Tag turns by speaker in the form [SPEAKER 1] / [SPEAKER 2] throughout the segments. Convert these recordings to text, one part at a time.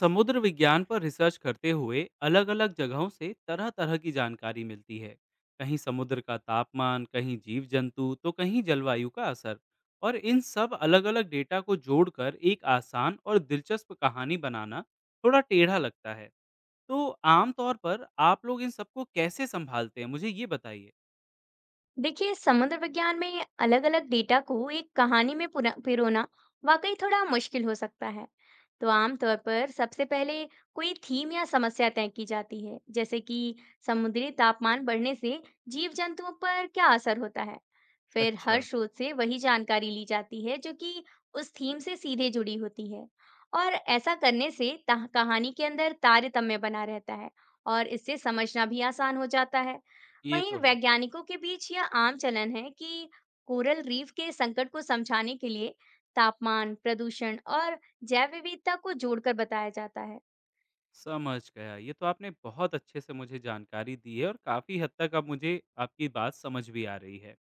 [SPEAKER 1] समुद्र विज्ञान पर रिसर्च करते हुए अलग अलग जगहों से तरह तरह की जानकारी मिलती है कहीं समुद्र का तापमान कहीं जीव जंतु तो कहीं जलवायु का असर और इन सब अलग अलग डेटा को जोड़कर एक आसान और दिलचस्प कहानी बनाना थोड़ा टेढ़ा लगता है तो आमतौर पर आप लोग इन सबको कैसे संभालते हैं मुझे ये बताइए।
[SPEAKER 2] देखिए, समुद्र विज्ञान में अलग-अलग डेटा को एक कहानी में पिरोना वाकई थोड़ा मुश्किल हो सकता है। तो आमतौर पर सबसे पहले कोई थीम या समस्या तय की जाती है, जैसे कि समुद्री तापमान बढ़ने से जीव जंतुओं पर क्या असर होता है। फिर हर
[SPEAKER 1] अच्छा।
[SPEAKER 2] शोध से वही जानकारी ली जाती है जो कि उस थीम से सीधे जुड़ी होती है, और ऐसा करने से कहानी के अंदर तारतम्य बना रहता है और इससे समझना भी आसान हो जाता है।
[SPEAKER 1] ये
[SPEAKER 2] वहीं
[SPEAKER 1] तो है।
[SPEAKER 2] वैज्ञानिकों के बीच यह आम चलन है कि कोरल रीफ के संकट को समझाने के लिए तापमान, प्रदूषण और जैव विविधता को जोड़कर बताया जाता है।
[SPEAKER 1] समझ गया, ये तो आपने बहुत अच्छे से मुझे जानकारी दी है और काफ़ी हद तक अब मुझे आपकी बात समझ भी आ रही है।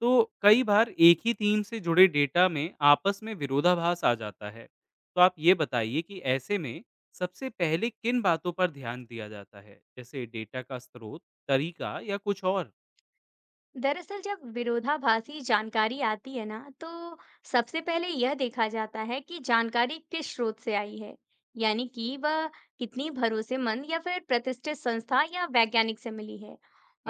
[SPEAKER 1] तो कई बार एक ही थीम से जुड़े डेटा में आपस में विरोधाभास आ जाता है। तो आप ये बताइए कि ऐसे में सबसे पहले किन बातों पर ध्यान दिया जाता है? जैसे डेटा का स्रोत, तरीका या कुछ और?
[SPEAKER 2] दरअसल जब विरोधाभासी जानकारी आती है ना, तो सबसे पहले यह देखा जाता है कि जानकारी किस स्रोत से आई है, यानी कि वह कितनी भरोसेमंद या फिर प्रतिष्ठित संस्था या वैज्ञानिक से मिली है।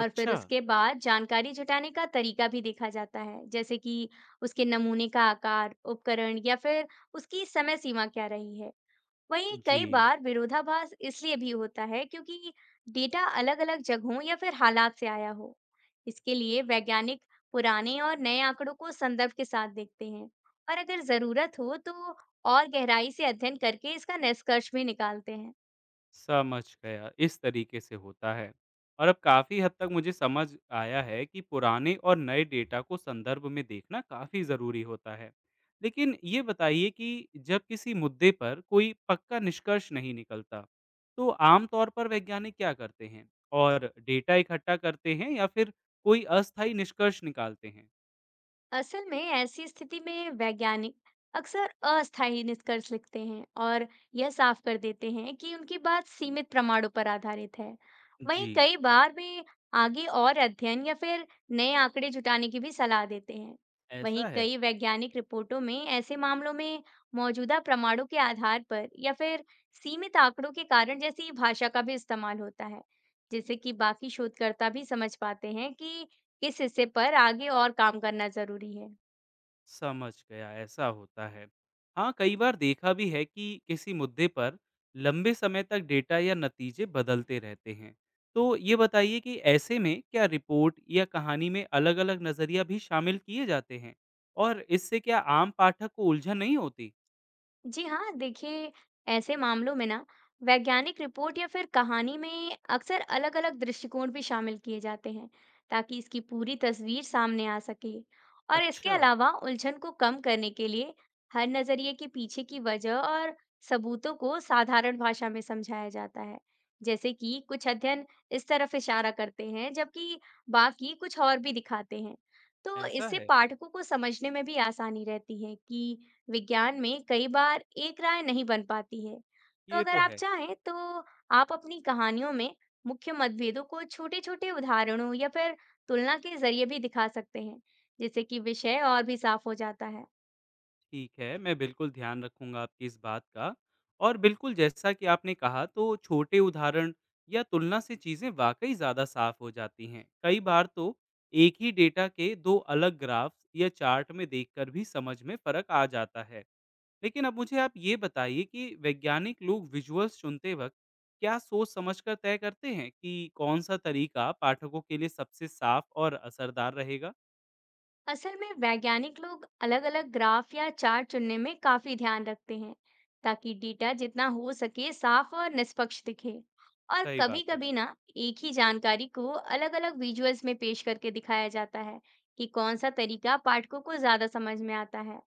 [SPEAKER 2] और फिर उसके बाद जानकारी जुटाने का तरीका भी देखा जाता है, जैसे कि उसके नमूने का आकार, उपकरण या फिर उसकी समय सीमा क्या रही है। वहीं
[SPEAKER 1] जी।
[SPEAKER 2] कई बार विरोधाभास इसलिए भी होता है क्योंकि डेटा अलग-अलग जगहों या फिर हालात से आया हो। इसके लिए वैज्ञानिक पुराने और नए आंकड़ों को संदर्भ के साथ देखते हैं, और अगर जरूरत हो तो और गहराई से अध्ययन करके इसका निष्कर्ष भी निकालते हैं।
[SPEAKER 1] समझ गया। इस तरीके से होता है। और अब काफ़ी हद तक मुझे समझ आया है कि पुराने और नए डेटा को संदर्भ में देखना काफ़ी ज़रूरी होता है। लेकिन ये बताइए कि जब किसी मुद्दे पर कोई पक्का निष्कर्ष नहीं निकलता, तो आम तौर पर वैज्ञानिक क्या करते हैं? और डेटा इकट्ठा करते हैं या फिर कोई अस्थायी निष्कर्ष निकालते हैं?
[SPEAKER 2] असल में ऐसी स्थिति में वैज्ञानिक अक्सर अस्थायी निष्कर्ष लिखते हैं और यह साफ कर देते हैं कि उनकी बात सीमित प्रमाणों पर आधारित है। वहीं
[SPEAKER 1] जी।
[SPEAKER 2] कई बार वे आगे और अध्ययन या फिर नए आंकड़े जुटाने की भी सलाह देते हैं।
[SPEAKER 1] ऐसा
[SPEAKER 2] वहीं
[SPEAKER 1] है।
[SPEAKER 2] कई वैज्ञानिक रिपोर्टों में ऐसे मामलों में मौजूदा प्रमाणों के आधार पर या फिर सीमित आंकड़ों के कारण जैसी भाषा का भी इस्तेमाल होता है, जिससे कि बाकी शोधकर्ता भी समझ पाते हैं कि किस हिस्से पर आगे और काम करना ज़रूरी है?
[SPEAKER 1] समझ गया, ऐसा होता है। हाँ, कई बार देखा भी है कि किसी मुद्दे पर लंबे समय तक डेटा या नतीजे बदलते रहते हैं। तो ये बताइए कि ऐसे में क्या रिपोर्ट या कहानी में अलग-अलग नज़रिया भी शामिल किए जाते हैं? और इससे क्या आम पाठक को उलझन नहीं होती?
[SPEAKER 2] जी हाँ, देखिए, ऐसे मामलों में ना वैज्ञानिक रिपोर्ट या फिर कहानी में अक्सर अलग-अलग दृष्टिकोण भी शामिल किए जाते हैं, ताकि इसकी पूरी तस्वीर सामने आ सके। और इसके
[SPEAKER 1] अच्छा,
[SPEAKER 2] अलावा उलझन को कम करने के लिए हर नजरिए के पीछे की वजह और सबूतों को साधारण भाषा में समझाया जाता है, जैसे कि कुछ अध्ययन इस तरफ इशारा करते हैं जबकि बाकी कुछ और भी दिखाते हैं। तो
[SPEAKER 1] ऐसा
[SPEAKER 2] इससे
[SPEAKER 1] है।
[SPEAKER 2] पाठकों को समझने में भी आसानी रहती है कि विज्ञान में कई बार एक राय नहीं बन पाती है। तो
[SPEAKER 1] ये
[SPEAKER 2] अगर
[SPEAKER 1] तो
[SPEAKER 2] आप
[SPEAKER 1] है।
[SPEAKER 2] चाहें तो आप अपनी कहानियों में मुख्य मतभेदों को छोटे छोटे उदाहरणों या फिर तुलना के जरिए भी दिखा सकते हैं, जिससे कि विषय और भी साफ हो जाता है।
[SPEAKER 1] ठीक है, मैं बिल्कुल ध्यान रखूँगा आपकी इस बात का। और बिल्कुल जैसा कि आपने कहा तो छोटे उदाहरण या तुलना से चीज़ें वाक़ई ज़्यादा साफ़ हो जाती हैं। कई बार तो एक ही डेटा के 2 अलग ग्राफ़्स या चार्ट में देखकर भी समझ में फ़र्क आ जाता है। लेकिन अब मुझे आप ये बताइए कि वैज्ञानिक लोग विज़ुअल्स चुनते वक़्त क्या सोच-समझ कर तय करते हैं कि कौन-सा तरीका पाठकों के लिए सबसे साफ़ और असरदार रहेगा?
[SPEAKER 2] असल में वैज्ञानिक लोग अलग-अलग ग्राफ या चार्ट चुनने में काफी ध्यान रखते हैं, ताकि डेटा जितना हो सके साफ और निष्पक्ष दिखे। और
[SPEAKER 1] सही बात है।
[SPEAKER 2] कभी-कभी ना एक ही जानकारी को अलग-अलग विजुअल्स में पेश करके दिखाया जाता है कि कौन सा तरीका पाठकों को ज्यादा समझ में आता है।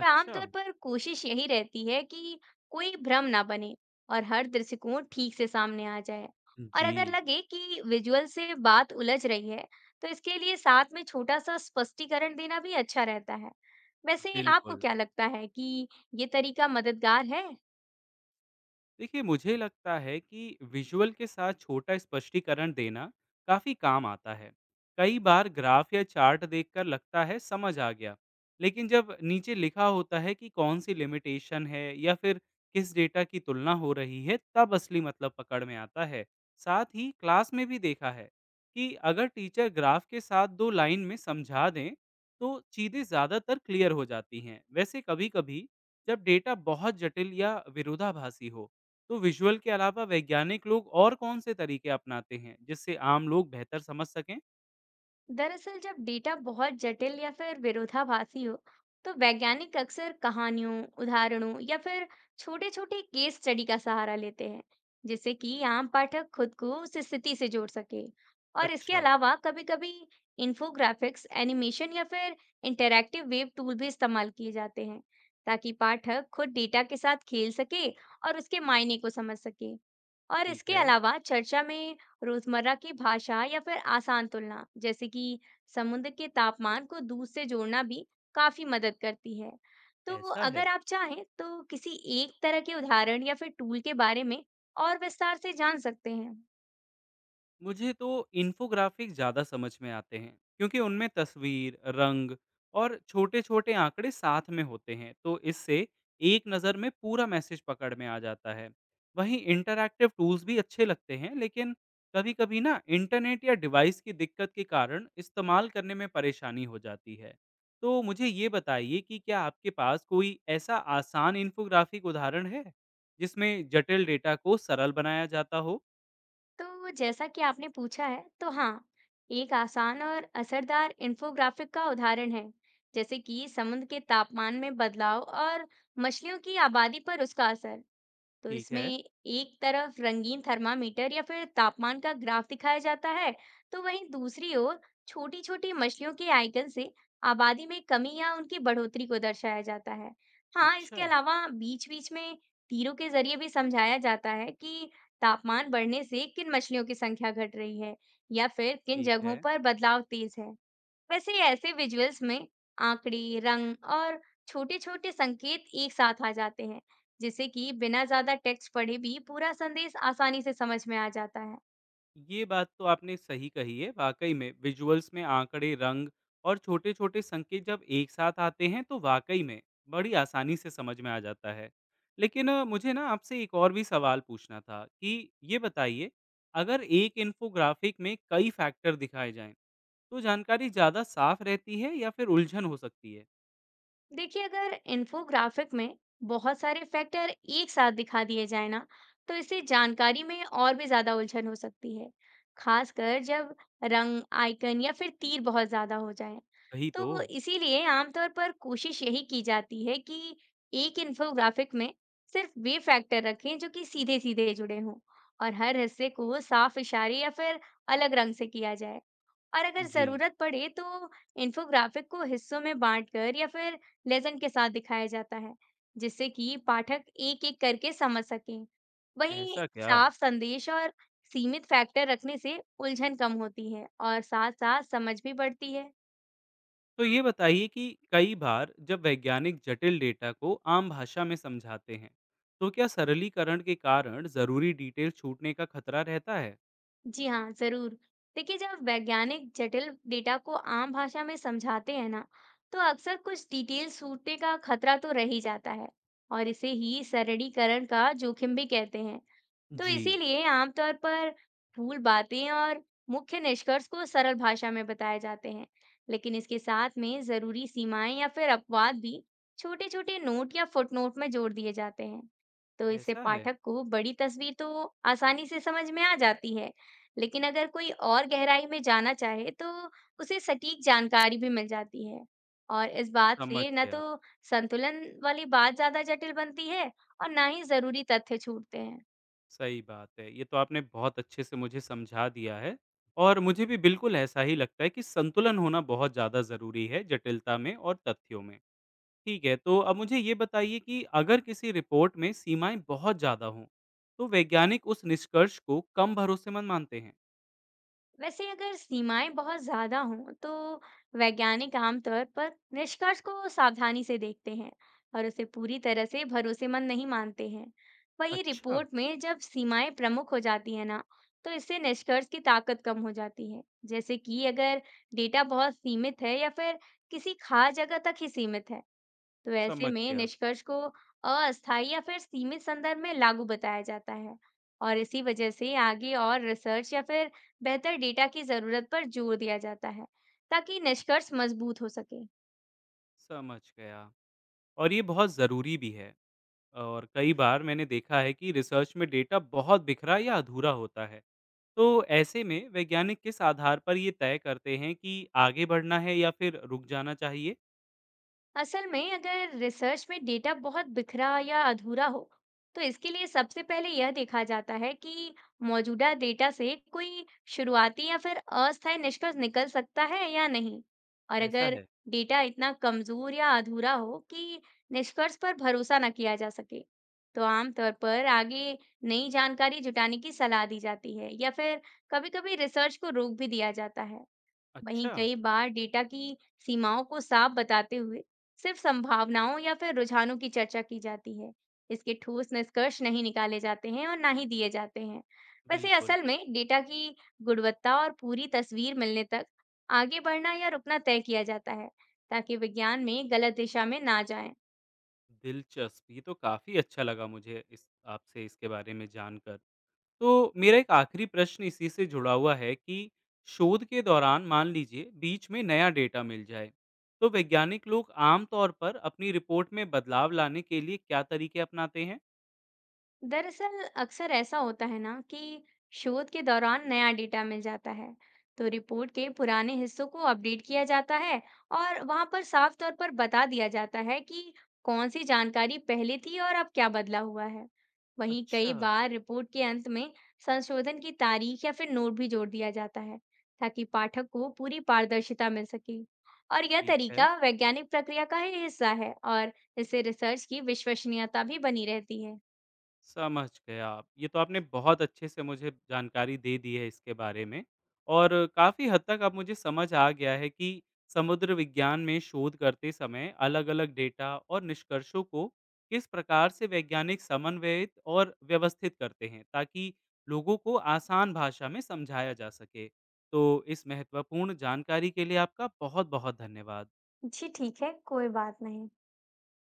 [SPEAKER 2] पर
[SPEAKER 1] अच्छा,
[SPEAKER 2] आमतौर पर कोशिश यही रहती है कि कोई भ्रम ना बने और हर दृष्टिकोण ठीक से सामने आ जाए। और अगर
[SPEAKER 1] जी,
[SPEAKER 2] लगे कि विजुअल से बात उलझ रही है, तो इसके लिए साथ में छोटा सा स्पष्टीकरण देना भी अच्छा रहता है। वैसे आपको
[SPEAKER 1] बिल्कुल।
[SPEAKER 2] क्या लगता है कि ये तरीका मददगार है?
[SPEAKER 1] देखिए, मुझे लगता है कि विजुअल के साथ छोटा स्पष्टीकरण देना काफ़ी काम आता है। कई बार ग्राफ या चार्ट देखकर लगता है समझ आ गया, लेकिन जब नीचे लिखा होता है कि कौन सी लिमिटेशन है या फिर किस डेटा की तुलना हो रही है तब असली मतलब पकड़ में आता है। साथ ही क्लास में भी देखा है कि अगर टीचर ग्राफ के साथ दो लाइन में समझा दें तो चीज़ें ज़्यादातर क्लियर हो जाती हैं। वैसे कभी कभी जब डेटा बहुत जटिल या विरोधाभासी हो तो विजुअल के अलावा वैज्ञानिक लोग और कौन से तरीके अपनाते हैं जिससे आम लोग बेहतर समझ सकें?
[SPEAKER 2] दरअसल जब डेटा बहुत जटिल या फिर विरोधाभासी हो, तो वैज्ञानिक अक्सर कहानियों, उदाहरणों या फिर छोटे-छोटे केस स्टडी का सहारा लेते हैं, जिससे कि आम पाठक खुद को उस स्थिति से जोड़ सके। और इसके
[SPEAKER 1] अच्छा।
[SPEAKER 2] अलावा कभी-कभी इन्फोग्राफिक्स, एनिमेशन या फिर इंटरैक्टिव वेब टूल भी इस्तेमाल किए जाते हैं, ताकि पाठक खुद डेटा के साथ खेल सके और उसके मायने को समझ सके। और
[SPEAKER 1] ठीक
[SPEAKER 2] इसके
[SPEAKER 1] है।
[SPEAKER 2] अलावा चर्चा में रोजमर्रा की भाषा या फिर आसान तुलना, जैसे कि समुद्र के तापमान को दूर से जोड़ना भी काफी मदद करती है। तो
[SPEAKER 1] ऐसा
[SPEAKER 2] अगर
[SPEAKER 1] है।
[SPEAKER 2] आप चाहें तो किसी एक तरह के उदाहरण या फिर टूल के बारे में और विस्तार से जान सकते हैं।
[SPEAKER 1] मुझे तो इन्फोग्राफिक ज़्यादा समझ में आते हैं क्योंकि उनमें तस्वीर, रंग और छोटे-छोटे आंकड़े साथ में होते हैं, तो इससे एक नज़र में पूरा मैसेज पकड़ में आ जाता है। वहीं इंटरैक्टिव टूल्स भी अच्छे लगते हैं, लेकिन कभी-कभी ना इंटरनेट या डिवाइस की दिक्कत के कारण इस्तेमाल करने में परेशानी हो जाती है। तो मुझे ये बताइए कि क्या आपके पास कोई ऐसा आसान इन्फोग्राफिक उदाहरण है, जिसमें जटिल डेटा को सरल बनाया जाता हो?
[SPEAKER 2] तो जैसा कि आपने पूछा है, तो हाँ, एक आसान और असरदार इन्फोग्राफिक का उदाहरण है, जैसे कि समुद्र के तापमान में बदलाव और मछलियों की आबादी पर उसका असर। तो
[SPEAKER 1] ठीक
[SPEAKER 2] इसमें
[SPEAKER 1] है।
[SPEAKER 2] एक तरफ रंगीन थर्मामीटर या फिर तापमान का ग्राफ दिखाया जाता है, तो वहीं दूसरी ओर छोटी-छोटी मछलियों के आइकन से आबादी में कमी या उनकी बढ़ोतरी को दर्शाया जाता है। हाँ,
[SPEAKER 1] अच्छा।
[SPEAKER 2] इसके अलावा बीच-बीच में तीरों के जरिए भी समझाया जाता है कि तापमान बढ़ने से किन मछलियों की संख्या घट रही है या फिर किन
[SPEAKER 1] ठीक
[SPEAKER 2] जगहों
[SPEAKER 1] है।
[SPEAKER 2] पर बदलाव तेज है। वैसे ऐसे विजुअल्स में आंकड़े, रंग और छोटे-छोटे संकेत एक साथ आ जाते हैं, जिससे कि बिना ज्यादा टेक्स्ट पढ़े भी पूरा संदेश आसानी से समझ में आ जाता है।
[SPEAKER 1] ये बात तो आपने सही कही है। वाक़ई में विजुअल्स में आँकड़े, रंग और छोटे-छोटे संकेत जब एक साथ आते हैं तो वाक़ई में बड़ी आसानी से समझ में आ जाता है। लेकिन मुझे ना आपसे एक और भी सवाल पूछना था कि ये बताइए, अगर एक इन्फोग्राफिक में कई फैक्टर दिखाए जाएँ तो जानकारी ज़्यादा साफ रहती है या फिर उलझन हो सकती है?
[SPEAKER 2] देखिए, अगर इन्फोग्राफिक में बहुत सारे फैक्टर एक साथ दिखा दिए जाए ना, तो इससे जानकारी में और भी ज्यादा उलझन हो सकती है, खासकर जब रंग, आइकन या फिर तीर बहुत ज्यादा हो जाए।
[SPEAKER 1] कही तो।
[SPEAKER 2] तो इसीलिए आमतौर पर कोशिश यही की जाती है कि एक इन्फोग्राफिक में सिर्फ वे फैक्टर रखें जो कि सीधे सीधे जुड़े हों, और हर हिस्से को साफ इशारे या फिर अलग रंग से किया जाए। और अगर
[SPEAKER 1] जी,
[SPEAKER 2] जरूरत पड़े तो इन्फोग्राफिक को हिस्सों में बांटकर या फिर लेसन के साथ दिखाया जाता है, जिससे कि पाठक एक-एक करके समझ सकें। वहीं
[SPEAKER 1] ऐसा क्या?
[SPEAKER 2] साफ संदेश और सीमित फैक्टर रखने से उलझन कम होती है और साथ-साथ समझ भी बढ़ती है।
[SPEAKER 1] तो ये बताइए कि कई बार जब वैज्ञानिक जटिल डेटा को आम भाषा में समझाते हैं, तो क्या सरलीकरण के कारण जरूरी डिटेल छूटने का खतरा रहता है?
[SPEAKER 2] जी हाँ, ज़रूर। देखिए, जब वैज्ञानिक जटिल डेटा को आम भाषा में समझाते हैं ना, तो अक्सर कुछ डिटेल्स छूटने का खतरा तो रह ही जाता है, और इसे ही सरलीकरण का जोखिम भी कहते हैं। तो
[SPEAKER 1] जी,
[SPEAKER 2] इसीलिए आमतौर पर फूल बातें और मुख्य निष्कर्ष को सरल भाषा में बताए जाते हैं, लेकिन इसके साथ में जरूरी सीमाएं या फिर अपवाद भी छोटे छोटे नोट या फुटनोट में जोड़ दिए जाते हैं। तो इससे
[SPEAKER 1] ऐसा है।
[SPEAKER 2] पाठक को बड़ी तस्वीर तो आसानी से समझ में आ जाती है, लेकिन अगर कोई और गहराई में जाना चाहे तो उसे सटीक जानकारी भी मिल जाती है। और इस बात
[SPEAKER 1] समझ
[SPEAKER 2] से न
[SPEAKER 1] गया।
[SPEAKER 2] तो संतुलन वाली बात ज्यादा जटिल बनती है और ना ही जरूरी तथ्य छूटते हैं।
[SPEAKER 1] सही बात है। ये तो आपने बहुत अच्छे से मुझे समझा दिया है और मुझे भी बिल्कुल ऐसा ही लगता है कि संतुलन होना बहुत ज़्यादा ज़रूरी है जटिलता में और तथ्यों में। ठीक है, तो अब मुझे ये बताइए कि अगर किसी रिपोर्ट में सीमाएं बहुत ज़्यादा हों, तो वैज्ञानिक उस निष्कर्ष को कम भरोसेमंद मानते हैं?
[SPEAKER 2] वैसे अगर सीमाएं बहुत ज्यादा हों तो वैज्ञानिक आमतौर पर निष्कर्ष को सावधानी से देखते हैं और उसे पूरी तरह से भरोसेमंद नहीं मानते हैं। वहीं
[SPEAKER 1] अच्छा,
[SPEAKER 2] रिपोर्ट में जब सीमाएं प्रमुख हो जाती है ना, तो इससे निष्कर्ष की ताकत कम हो जाती है। जैसे कि अगर डेटा बहुत सीमित है या फिर किसी खास जगह तक ही सीमित है। तो ऐसे
[SPEAKER 1] समझ
[SPEAKER 2] में
[SPEAKER 1] गया,
[SPEAKER 2] निष्कर्ष को अस्थायी या फिर सीमित संदर्भ में लागू बताया जाता है, और इसी वजह से आगे और रिसर्च या फिर बेहतर डेटा की जरूरत पर जोर दिया जाता है, ताकि निष्कर्ष मजबूत हो सके।
[SPEAKER 1] समझ गया। और ये बहुत ज़रूरी भी है। और कई बार मैंने देखा है कि रिसर्च में डेटा बहुत बिखरा या अधूरा होता है। तो ऐसे में वैज्ञानिक किस आधार पर ये तय करते हैं कि आगे बढ़ना है या फिर रुक जाना चाहिए?
[SPEAKER 2] असल में अगर रिसर्च में डेटा बहुत बिखरा या अधूरा हो, तो इसके लिए सबसे पहले यह देखा जाता है कि मौजूदा डेटा से कोई शुरुआती या फिर अस्थायी निष्कर्ष निकल सकता है या नहीं। और
[SPEAKER 1] ऐसा
[SPEAKER 2] अगर
[SPEAKER 1] है।
[SPEAKER 2] डेटा इतना कमजोर या अधूरा हो कि निष्कर्ष पर भरोसा न किया जा सके, तो आमतौर पर आगे नई जानकारी जुटाने की सलाह दी जाती है या फिर कभी-कभी रिसर्च को रोक भी दिया जाता है। वहीं
[SPEAKER 1] अच्छा,
[SPEAKER 2] कई बार डेटा की सीमाओं को साफ बताते हुए सिर्फ संभावनाओं या फिर रुझानों की चर्चा की जाती है, इसके ठोस निष्कर्ष नहीं निकाले जाते हैं और ना ही दिए जाते हैं। वैसे
[SPEAKER 1] बिल्कुल।
[SPEAKER 2] असल में डेटा की गुणवत्ता और पूरी तस्वीर मिलने तक आगे बढ़ना या रुकना तय किया जाता है, ताकि विज्ञान में गलत दिशा में ना जाए।
[SPEAKER 1] दिलचस्प, ये तो काफ़ी अच्छा लगा मुझे इस आपसे इसके बारे में जानकर। तो मेरा एक आखिरी प्रश्न इसी से जुड़ा हुआ है कि शोध के दौरान मान लीजिए बीच में नया डेटा मिल जाए तो वैज्ञानिक लोग आमतौर पर अपनी रिपोर्ट में बदलाव लाने के लिए क्या तरीके अपनाते हैं?
[SPEAKER 2] दरअसल अक्सर ऐसा होता है ना कि शोध के दौरान नया डेटा मिल जाता है, तो रिपोर्ट के पुराने हिस्सों को अपडेट किया जाता है और वहां पर साफ तौर पर बता दिया जाता है कि कौन सी जानकारी पहले थी और अब क्या बदला हुआ है। वहीं
[SPEAKER 1] अच्छा।
[SPEAKER 2] कई बार रिपोर्ट के अंत में संशोधन की तारीख या फिर नोट भी जोड़ दिया जाता है, ताकि पाठक को पूरी पारदर्शिता मिल सके। और यह
[SPEAKER 1] ठीक है।
[SPEAKER 2] तरीका वैज्ञानिक प्रक्रिया का ही हिस्सा है, और इससे रिसर्च की विश्वसनीयता भी बनी रहती है।
[SPEAKER 1] समझ गया। ये तो आपने बहुत अच्छे से मुझे जानकारी दे दी है इसके बारे में और काफ़ी हद तक अब मुझे समझ आ गया है कि समुद्र विज्ञान में शोध करते समय अलग-अलग डेटा और निष्कर्षों को किस प्रकार से वैज्ञानिक समन्वयित और व्यवस्थित करते हैं, ताकि लोगों को आसान भाषा में समझाया जा सके। तो इस महत्वपूर्ण जानकारी के लिए आपका बहुत-बहुत धन्यवाद।
[SPEAKER 2] जी ठीक है, कोई बात नहीं।